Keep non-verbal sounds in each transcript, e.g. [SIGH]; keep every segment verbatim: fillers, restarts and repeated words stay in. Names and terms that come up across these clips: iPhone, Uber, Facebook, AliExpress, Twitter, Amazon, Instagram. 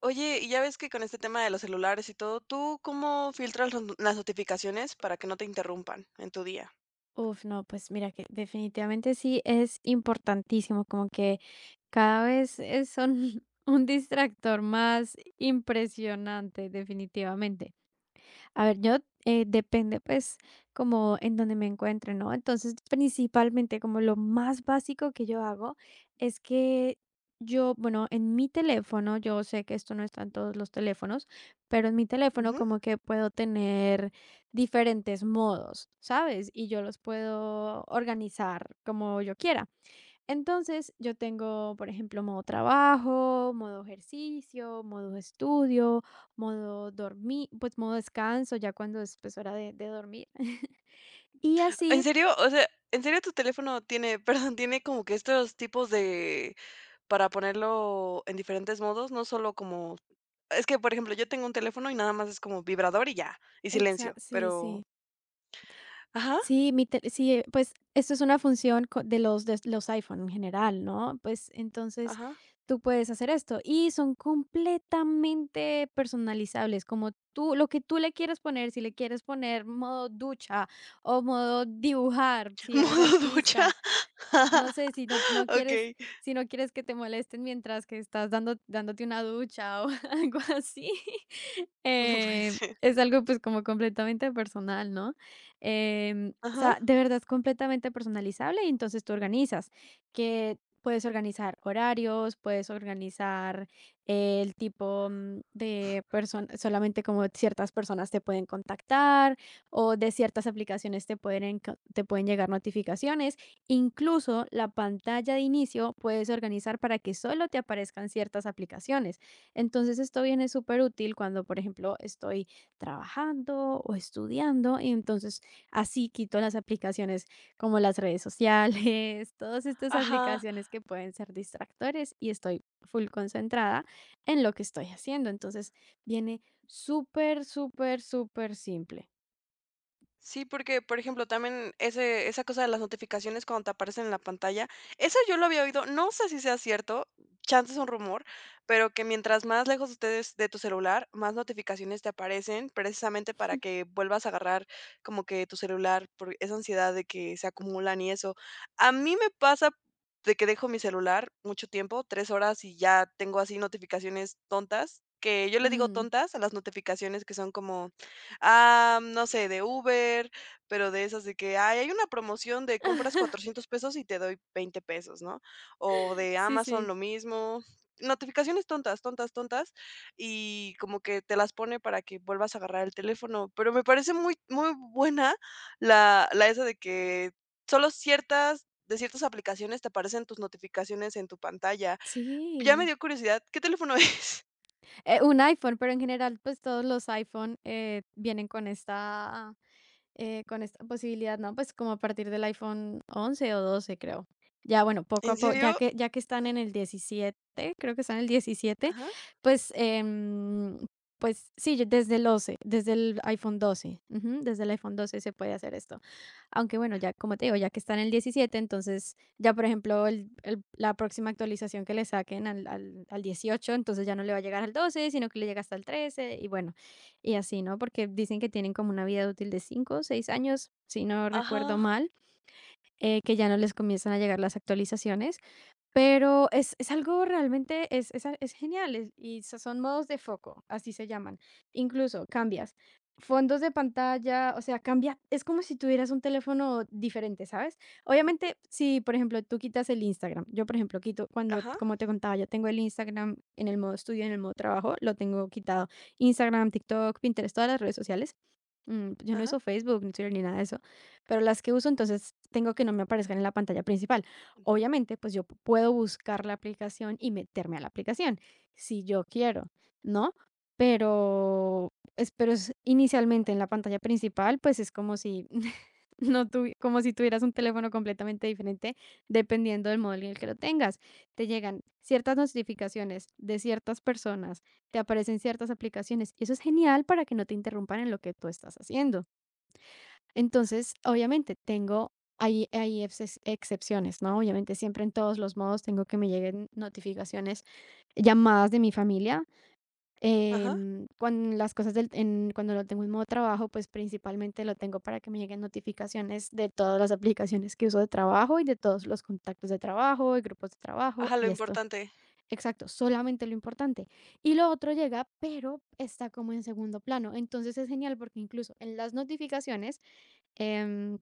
Oye, y ya ves que con este tema de los celulares y todo, ¿tú cómo filtras los no- las notificaciones para que no te interrumpan en tu día? Uf, no, pues mira que definitivamente sí es importantísimo, como que cada vez eh, son [LAUGHS] un distractor más impresionante, definitivamente. A ver, yo eh, depende, pues como en donde me encuentre, ¿no? Entonces, principalmente, como lo más básico que yo hago es que yo, bueno, en mi teléfono, yo sé que esto no está en todos los teléfonos, pero en mi teléfono Ujú. como que puedo tener diferentes modos, ¿sabes? Y yo los puedo organizar como yo quiera. Entonces, yo tengo, por ejemplo, modo trabajo, modo ejercicio, modo estudio, modo dormir, pues modo descanso, ya cuando es, pues, hora de, de dormir. [LAUGHS] Y ¿En así, serio? O sea, ¿en serio tu teléfono tiene, [LAUGHS] perdón, tiene como que estos tipos de, para ponerlo en diferentes modos, no solo como, es que, por ejemplo, yo tengo un teléfono y nada más es como vibrador y ya, y silencio, exacto, sí, sí. pero, ajá, Sí, mi tel sí, eh, pues, esto es una función co de los de los iPhone en general, ¿no? Pues, entonces, ajá, tú puedes hacer esto, y son completamente personalizables, como tú lo que tú le quieras poner. Si le quieres poner modo ducha, o modo dibujar, [LAUGHS] si eres modo ducha. artista, no [LAUGHS] sé, si no no Ok, quieres, si no quieres que te molesten mientras que estás dando dándote una ducha, o [LAUGHS] algo así. no puede Eh, ser. es algo, pues, como completamente personal, ¿no? Em, o Ajá, sea, de verdad es completamente personalizable y entonces tú organizas, que puedes organizar horarios, puedes organizar el tipo, mm, de persona. Solamente como ciertas personas te pueden contactar o de ciertas aplicaciones te pueden, enco- te pueden llegar notificaciones. Incluso la pantalla de inicio puedes organizar para que solo te aparezcan ciertas aplicaciones. Entonces, esto viene súper útil cuando, por ejemplo, estoy trabajando o estudiando y entonces así quito las aplicaciones como las redes sociales, [LAUGHS] todas estas ajá. aplicaciones que pueden ser distractores, y estoy full concentrada en lo que estoy haciendo. Entonces viene súper, súper, súper simple. Sí, porque, por ejemplo, también ese esa cosa de las notificaciones cuando te aparecen en la pantalla, eso yo lo había oído, no sé si sea cierto, chance es un rumor, pero que mientras más lejos ustedes de tu celular, más notificaciones te aparecen, precisamente para que vuelvas a agarrar como que tu celular por esa ansiedad de que se acumulan y eso. A mí me pasa de que dejo mi celular mucho tiempo, tres horas, y ya tengo así notificaciones tontas, que yo le digo Mm. tontas a las notificaciones que son como ah, no sé, de Uber, pero de esas de que: "Ay, hay una promoción de compras [LAUGHS] cuatrocientos pesos y te doy veinte pesos", ¿no? O de Sí, Amazon sí. lo mismo. Notificaciones tontas, tontas, tontas, y como que te las pone para que vuelvas a agarrar el teléfono. Pero me parece muy muy buena la la esa de que solo ciertas de ciertas aplicaciones te aparecen tus notificaciones en tu pantalla. Ya me Sí, dio curiosidad, ¿qué teléfono es? [LAUGHS] eh, un iPhone, pero en general, pues, todos los iPhone, eh, vienen con esta eh, con esta posibilidad, ¿no? Pues como a partir del iPhone once o doce, creo. Ya, bueno, poco a ¿En poco, ya serio? que, ya que están en el diecisiete, creo que están en el diecisiete, Ajá, pues, em, pues sí, yo- desde el once, desde el iPhone doce, ujú, desde el iPhone doce se puede hacer esto. Aunque bueno, ya como te digo, ya que están en el diecisiete, entonces ya, por ejemplo, el- el- la próxima actualización que le saquen al, al, al dieciocho, entonces ya no le va a llegar al doce, sino que le llega hasta el trece y bueno. Y así, ¿no? Porque dicen que tienen como una vida útil de cinco o seis años, si no recuerdo ajá, mal, eh, que ya no les comienzan a llegar las actualizaciones. Pero es es algo, realmente es es a es genial, es y so son modos de foco, así se llaman. Incluso cambias fondos de pantalla, o sea, cambia, es como si tuvieras un teléfono diferente, ¿sabes? Obviamente, si, por ejemplo, tú quitas el Instagram, yo, por ejemplo, quito cuando, ajá, como te contaba, yo tengo el Instagram en el modo estudio. En el modo trabajo, lo tengo quitado. Instagram, TikTok, Pinterest, todas las redes sociales. Mm, yo no ajá, uso Facebook, ni Twitter, ni nada de eso, pero las que uso, entonces tengo que no me aparezcan en la pantalla principal. Obviamente, pues yo p- puedo buscar la aplicación y meterme a la aplicación si yo quiero, ¿no? Pero, es, pero es- inicialmente en la pantalla principal, pues es como si [LAUGHS] no tuvi- como si tuvieras un teléfono completamente diferente dependiendo del modelo en el que lo tengas. Te llegan ciertas notificaciones de ciertas personas, te aparecen ciertas aplicaciones y eso es genial para que no te interrumpan en lo que tú estás haciendo. Entonces, obviamente, tengo hay, hay exces- excepciones, ¿no? Obviamente, siempre en todos los modos tengo que me lleguen notificaciones, llamadas de mi familia. ajá. Em, cuando las cosas del, en, cuando lo tengo en modo trabajo, pues principalmente lo tengo para que me lleguen notificaciones de todas las aplicaciones que uso de trabajo y de todos los contactos de trabajo y grupos de trabajo Ajá, lo y esto. importante. Exacto, solamente lo importante. Y lo otro llega, pero está como en segundo plano. Entonces es genial porque incluso en las notificaciones, em,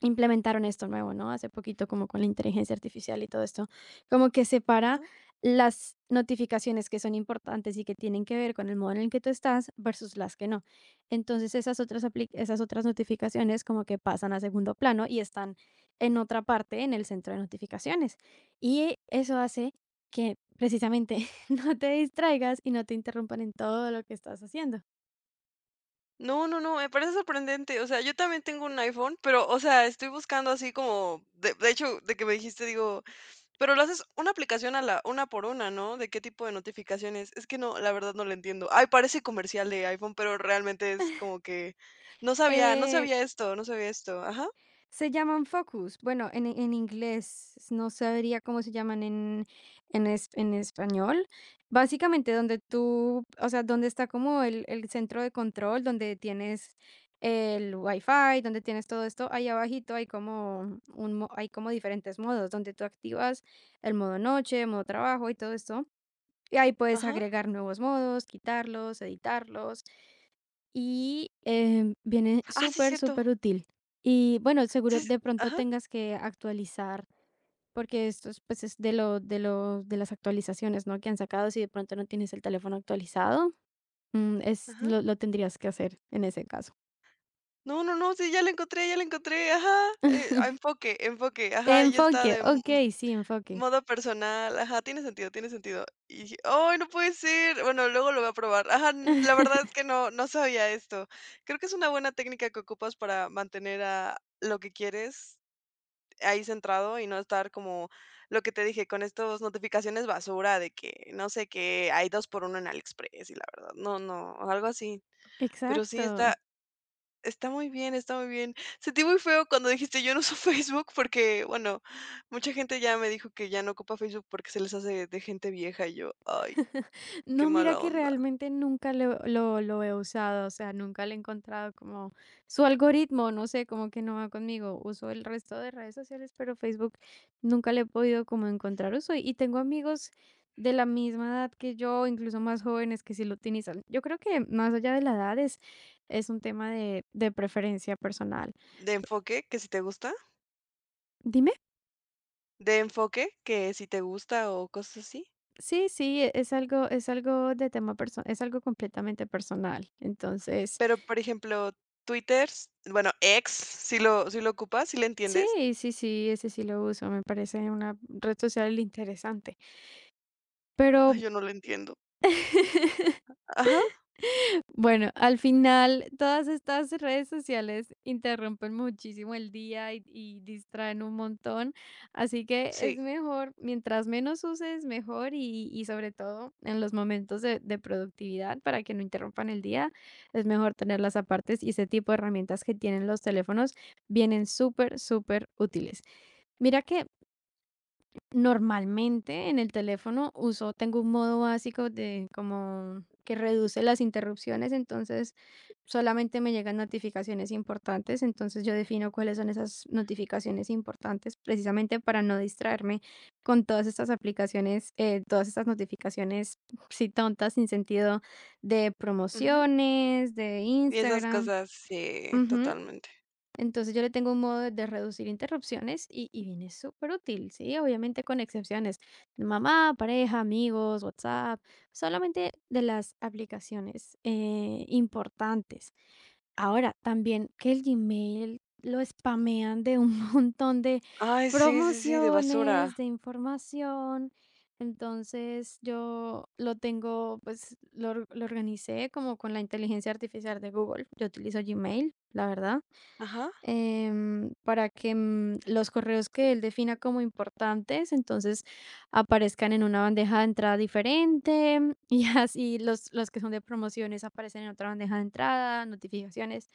implementaron esto nuevo, ¿no? Hace poquito, como con la inteligencia artificial y todo esto, como que separa Ajá. las notificaciones que son importantes y que tienen que ver con el modo en el que tú estás versus las que no. Entonces, esas otras, apli- esas otras notificaciones como que pasan a segundo plano y están en otra parte, en el centro de notificaciones. Y eso hace que precisamente [LAUGHS] no te distraigas y no te interrumpan en todo lo que estás haciendo. No, no, no, me parece sorprendente. O sea, yo también tengo un iPhone, pero, o sea, estoy buscando así como, de, de hecho, de que me dijiste, digo, pero lo haces una aplicación a la, una por una, ¿no? ¿De qué tipo de notificaciones? Es que no, la verdad no lo entiendo. Ay, parece comercial de iPhone, pero realmente es como que no sabía, no Eh, sabía esto, no sabía esto. Ajá, Se llaman focus. Bueno, en en inglés, no sabría cómo se llaman en en es en español. Básicamente, donde tú, o sea, donde está como el el centro de control, donde tienes el WiFi, donde tienes todo esto, ahí abajito hay como un mo, hay como diferentes modos, donde tú activas el modo noche, modo trabajo y todo esto, y ahí puedes ajá. agregar nuevos modos, quitarlos, editarlos. Y, eh, viene Ah, sí, súper, cierto. súper útil. Y bueno, Sí, seguro s- de pronto ajá, tengas que actualizar, porque esto es, pues, es de lo de lo de las actualizaciones, ¿no?, que han sacado. Si de pronto no tienes el teléfono actualizado, mm, es ajá. lo lo tendrías que hacer en ese caso. No, no, no, sí, ya lo encontré, ya lo encontré, ajá. Eh, ah, [LAUGHS] enfoque, enfoque, ajá, ya está Enfoque, de mm, okey, sí, enfoque. modo personal, ajá, tiene sentido, tiene sentido. Y dije: "Ay, no puede ser". Bueno, luego lo voy a probar. Ajá, n la [LAUGHS] verdad es que no no sabía esto. Creo que es una buena técnica que ocupas para mantener a lo que quieres ahí centrado y no estar como lo que te dije, con estas notificaciones basura de que no sé qué, hay dos por uno en AliExpress y la verdad, no, no, algo así. Pero sí, Exacto. está está muy bien, está muy bien. Sentí muy feo cuando dijiste: "Yo no uso [LAUGHS] Facebook", porque, bueno, mucha gente ya me dijo que ya no ocupa Facebook porque se les hace de gente vieja, y yo: "Ay, [LAUGHS] qué No, mira mala que onda". realmente nunca lo, lo, lo he usado, o sea, nunca le he encontrado como su algoritmo, no sé, como que no va conmigo. Uso el resto de redes sociales, pero Facebook nunca le he podido como encontrar uso. Y tengo amigos de la misma edad que yo, incluso más jóvenes que sí lo utilizan. Yo creo que más allá de la edad es, es un tema de, de preferencia personal. ¿De enfoque, que si te gusta? Dime, ¿De enfoque, que si te gusta o cosas así? sí, sí, e- es algo, es algo de tema personal, es algo completamente personal. Entonces... Pero, por ejemplo, Twitter, bueno, ex si lo si lo ocupas, ¿si le entiendes? Sí, sí, sí, ese sí lo uso, me parece una red social interesante. Pero Ay, yo no lo entiendo. [LAUGHS] Ajá, bueno, al final todas estas redes sociales interrumpen muchísimo el día y, y distraen un montón, así que es sí, mejor, mientras menos uses, mejor. Y, y sobre todo en los momentos de, de productividad, para que no interrumpan el día, es mejor tenerlas apartes, y ese tipo de herramientas que tienen los teléfonos vienen súper, súper útiles. Mira que normalmente en el teléfono uso tengo un modo básico de como que reduce las interrupciones, entonces solamente me llegan notificaciones importantes, entonces yo defino cuáles son esas notificaciones importantes, precisamente para no distraerme con todas estas aplicaciones, eh, todas estas notificaciones, sí, tontas, sin sentido, de ujú. promociones, de Y esas Instagram. cosas, sí, Ujú. totalmente. Entonces, yo le tengo un modo de reducir interrupciones y, y viene súper útil, ¿sí? Obviamente con excepciones: de Mamá, pareja, amigos, WhatsApp, solamente de las aplicaciones eh, importantes. Ahora, también que el Gmail lo spamean de un [LAUGHS] montón de Ay, sí, sí, sí, de basura. promociones, de información. Entonces, yo lo tengo, pues lo, or- lo organicé como con la inteligencia artificial de Google. Yo utilizo Gmail, la verdad, Ajá, em, para que, mm, los correos que él defina como importantes, entonces aparezcan en una bandeja de entrada diferente, [LAUGHS] y así los, los que son de promociones aparecen en otra bandeja de entrada, notificaciones,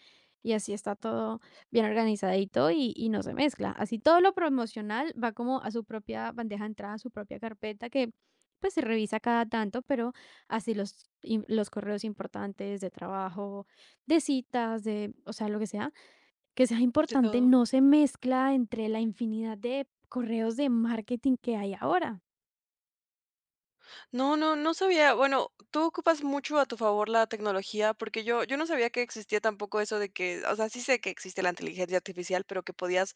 y así está todo bien organizadito, y, y no se mezcla. Así todo lo promocional va como a su propia bandeja de entrada, a su propia carpeta, que pues se revisa cada tanto, pero así los, im- los correos importantes de trabajo, de citas, de, o sea, lo que sea que sea de importante todo. no se mezcla entre la infinidad de correos de marketing que hay ahora. No, no, no sabía. Bueno, tú ocupas mucho a tu favor la tecnología, porque yo, yo no sabía que existía tampoco eso de que, o sea, sí sé que existe la inteligencia artificial, pero que podías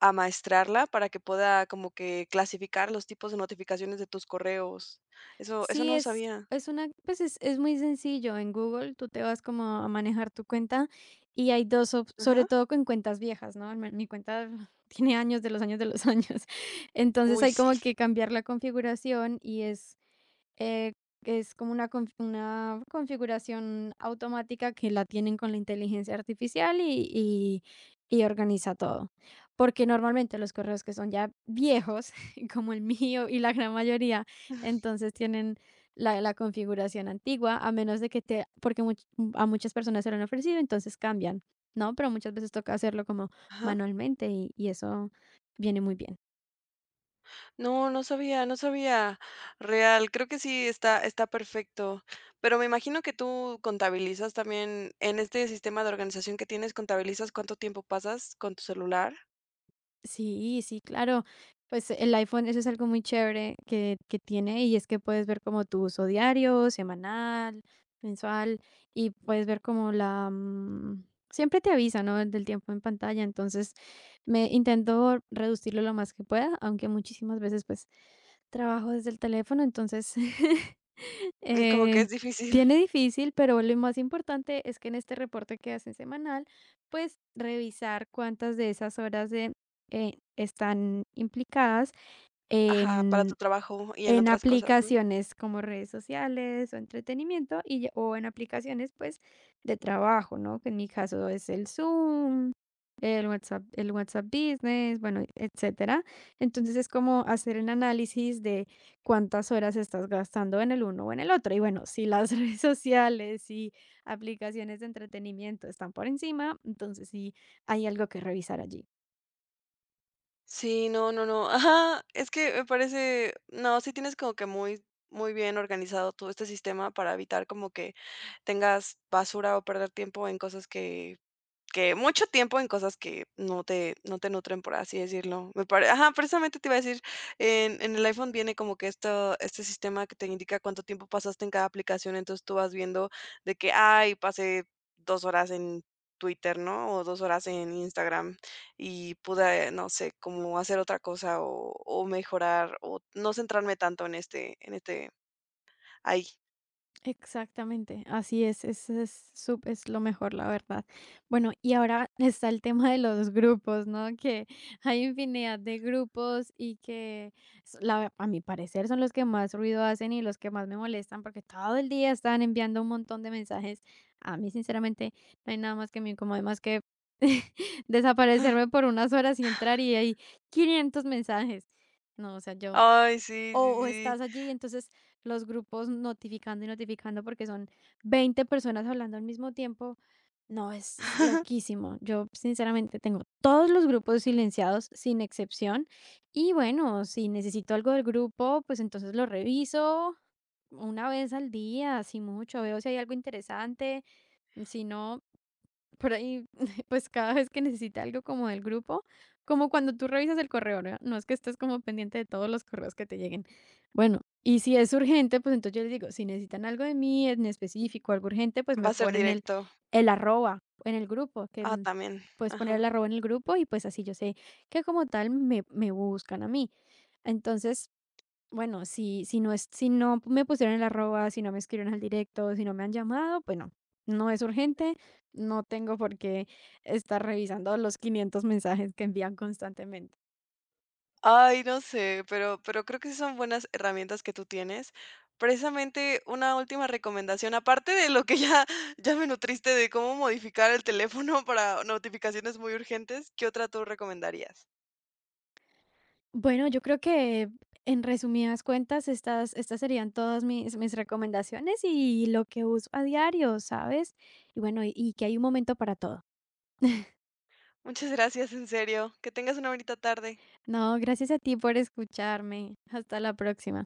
amaestrarla para que pueda como que clasificar los tipos de notificaciones de tus correos. Eso, eso no Sí, lo es, sabía. es una, pues es, es muy sencillo. En Google, tú te vas como a manejar tu cuenta, y hay dos, op- Ajá. sobre todo con cuentas viejas, ¿no? Mi mi cuenta [LAUGHS] tiene años de los años de los años. [LAUGHS] Entonces Uy, hay sí. como que cambiar la configuración y es... Eh, es como una conf, una configuración automática que la tienen con la inteligencia artificial y y y organiza todo. Porque normalmente los correos que son ya viejos, [LAUGHS] como el mío y la gran mayoría, entonces tienen la la configuración antigua, a menos de que te, porque much a muchas personas se lo han ofrecido, entonces cambian, ¿no? Pero muchas veces toca hacerlo como Ajá. manualmente y y eso viene muy bien. No, no sabía, no sabía. Real, creo que sí está, está perfecto. Pero me imagino que tú contabilizas también en este sistema de organización que tienes, contabilizas cuánto tiempo pasas con tu celular. Sí, sí, claro. Pues el iPhone, eso es algo muy chévere que, que tiene, y es que puedes ver como tu uso diario, semanal, mensual, y puedes ver como la... mm, Siempre te avisa, ¿no? Del tiempo en pantalla. Entonces, me intento reducirlo lo más que pueda, aunque muchísimas veces pues trabajo desde el teléfono, entonces [LAUGHS] [LAUGHS] Mm, como que Eh, es difícil. viene difícil, pero lo más importante es que en este reporte que hacen semanal, pues revisar cuántas de esas horas de, eh, están implicadas Ajá, para en tu trabajo y en en otras cosas, ¿no? aplicaciones como redes sociales o entretenimiento y ya, o en aplicaciones, pues, de trabajo, ¿no? Que en mi caso es el Zoom, el WhatsApp el WhatsApp Business, bueno, etcétera. Entonces, es como hacer un análisis de cuántas horas estás gastando en el uno o en el otro. Y bueno, si las [LAUGHS] redes sociales y aplicaciones de entretenimiento están por encima, entonces sí hay algo que revisar allí. Sí, no, no, no. Ajá, es que me parece, no, sí tienes como que muy, muy bien organizado todo este sistema para evitar como que tengas basura o perder tiempo en cosas que Que mucho tiempo en cosas que no te no te nutren, por así decirlo. Me pare Ajá, precisamente te iba a decir, en en el iPhone viene como que esto este sistema que te indica cuánto tiempo pasaste en cada aplicación, entonces tú vas viendo de que: "Ay, pasé dos horas en Twitter", ¿no? O dos horas en Instagram y pude, no sé, como hacer otra cosa o o mejorar o no centrarme tanto en este en este ay, Exactamente, así es, es, es, sup- es lo mejor, la verdad. Bueno, y ahora [LAUGHS] está el tema de los grupos, ¿no? Que hay infinidad de grupos, y que s- la- a mi parecer, son los que más ruido hacen y los que más me molestan, porque todo el día están enviando un montón de mensajes. A mí, sinceramente, no hay nada más que me incomode más que [LAUGHS] desaparecerme [LAUGHS] por unas horas y entrar y hay quinientos mensajes. No, o sea, yo ay, sí, o, sí, o sí. estás allí, y entonces los grupos notificando y notificando porque son veinte personas hablando al mismo tiempo. No, es, es [LAUGHS] loquísimo. Yo sinceramente tengo todos los grupos silenciados sin excepción. Y bueno, si necesito algo del grupo, pues entonces lo reviso una vez al día, si mucho, veo si hay algo interesante. Si no, por ahí, [LAUGHS] pues cada vez que necesita algo como del grupo, como cuando tú revisas el correo, ¿no? No es que estés como pendiente de todos los correos que te lleguen. Bueno, y si es urgente, pues entonces yo les digo, si necesitan algo de mí en específico, algo urgente, pues me Va a ser ponen el, directo. el arroba en el grupo, que Ah, mm, también. puedes poner Ajá. el arroba en el grupo, y pues así yo sé que como tal me, me buscan a mí. Entonces, bueno, si si no es, si no me pusieron el arroba, si no me escribieron al directo, si no me han llamado, pues no, no es urgente, no tengo por qué estar revisando los quinientos mensajes que envían constantemente. Ay, no sé, pero pero creo que sí son buenas herramientas que tú tienes. Precisamente, una última recomendación, aparte de lo que ya [LAUGHS] ya me nutriste de cómo modificar el teléfono [LAUGHS] para notificaciones muy urgentes, ¿qué otra tú recomendarías? Bueno, yo creo que en resumidas cuentas, estas estas serían todas mis mis recomendaciones y lo que uso a diario, ¿sabes? Y bueno, y y que hay un momento para todo. Muchas gracias, en serio. Que tengas una bonita tarde. No, gracias a ti por escucharme. Hasta la próxima.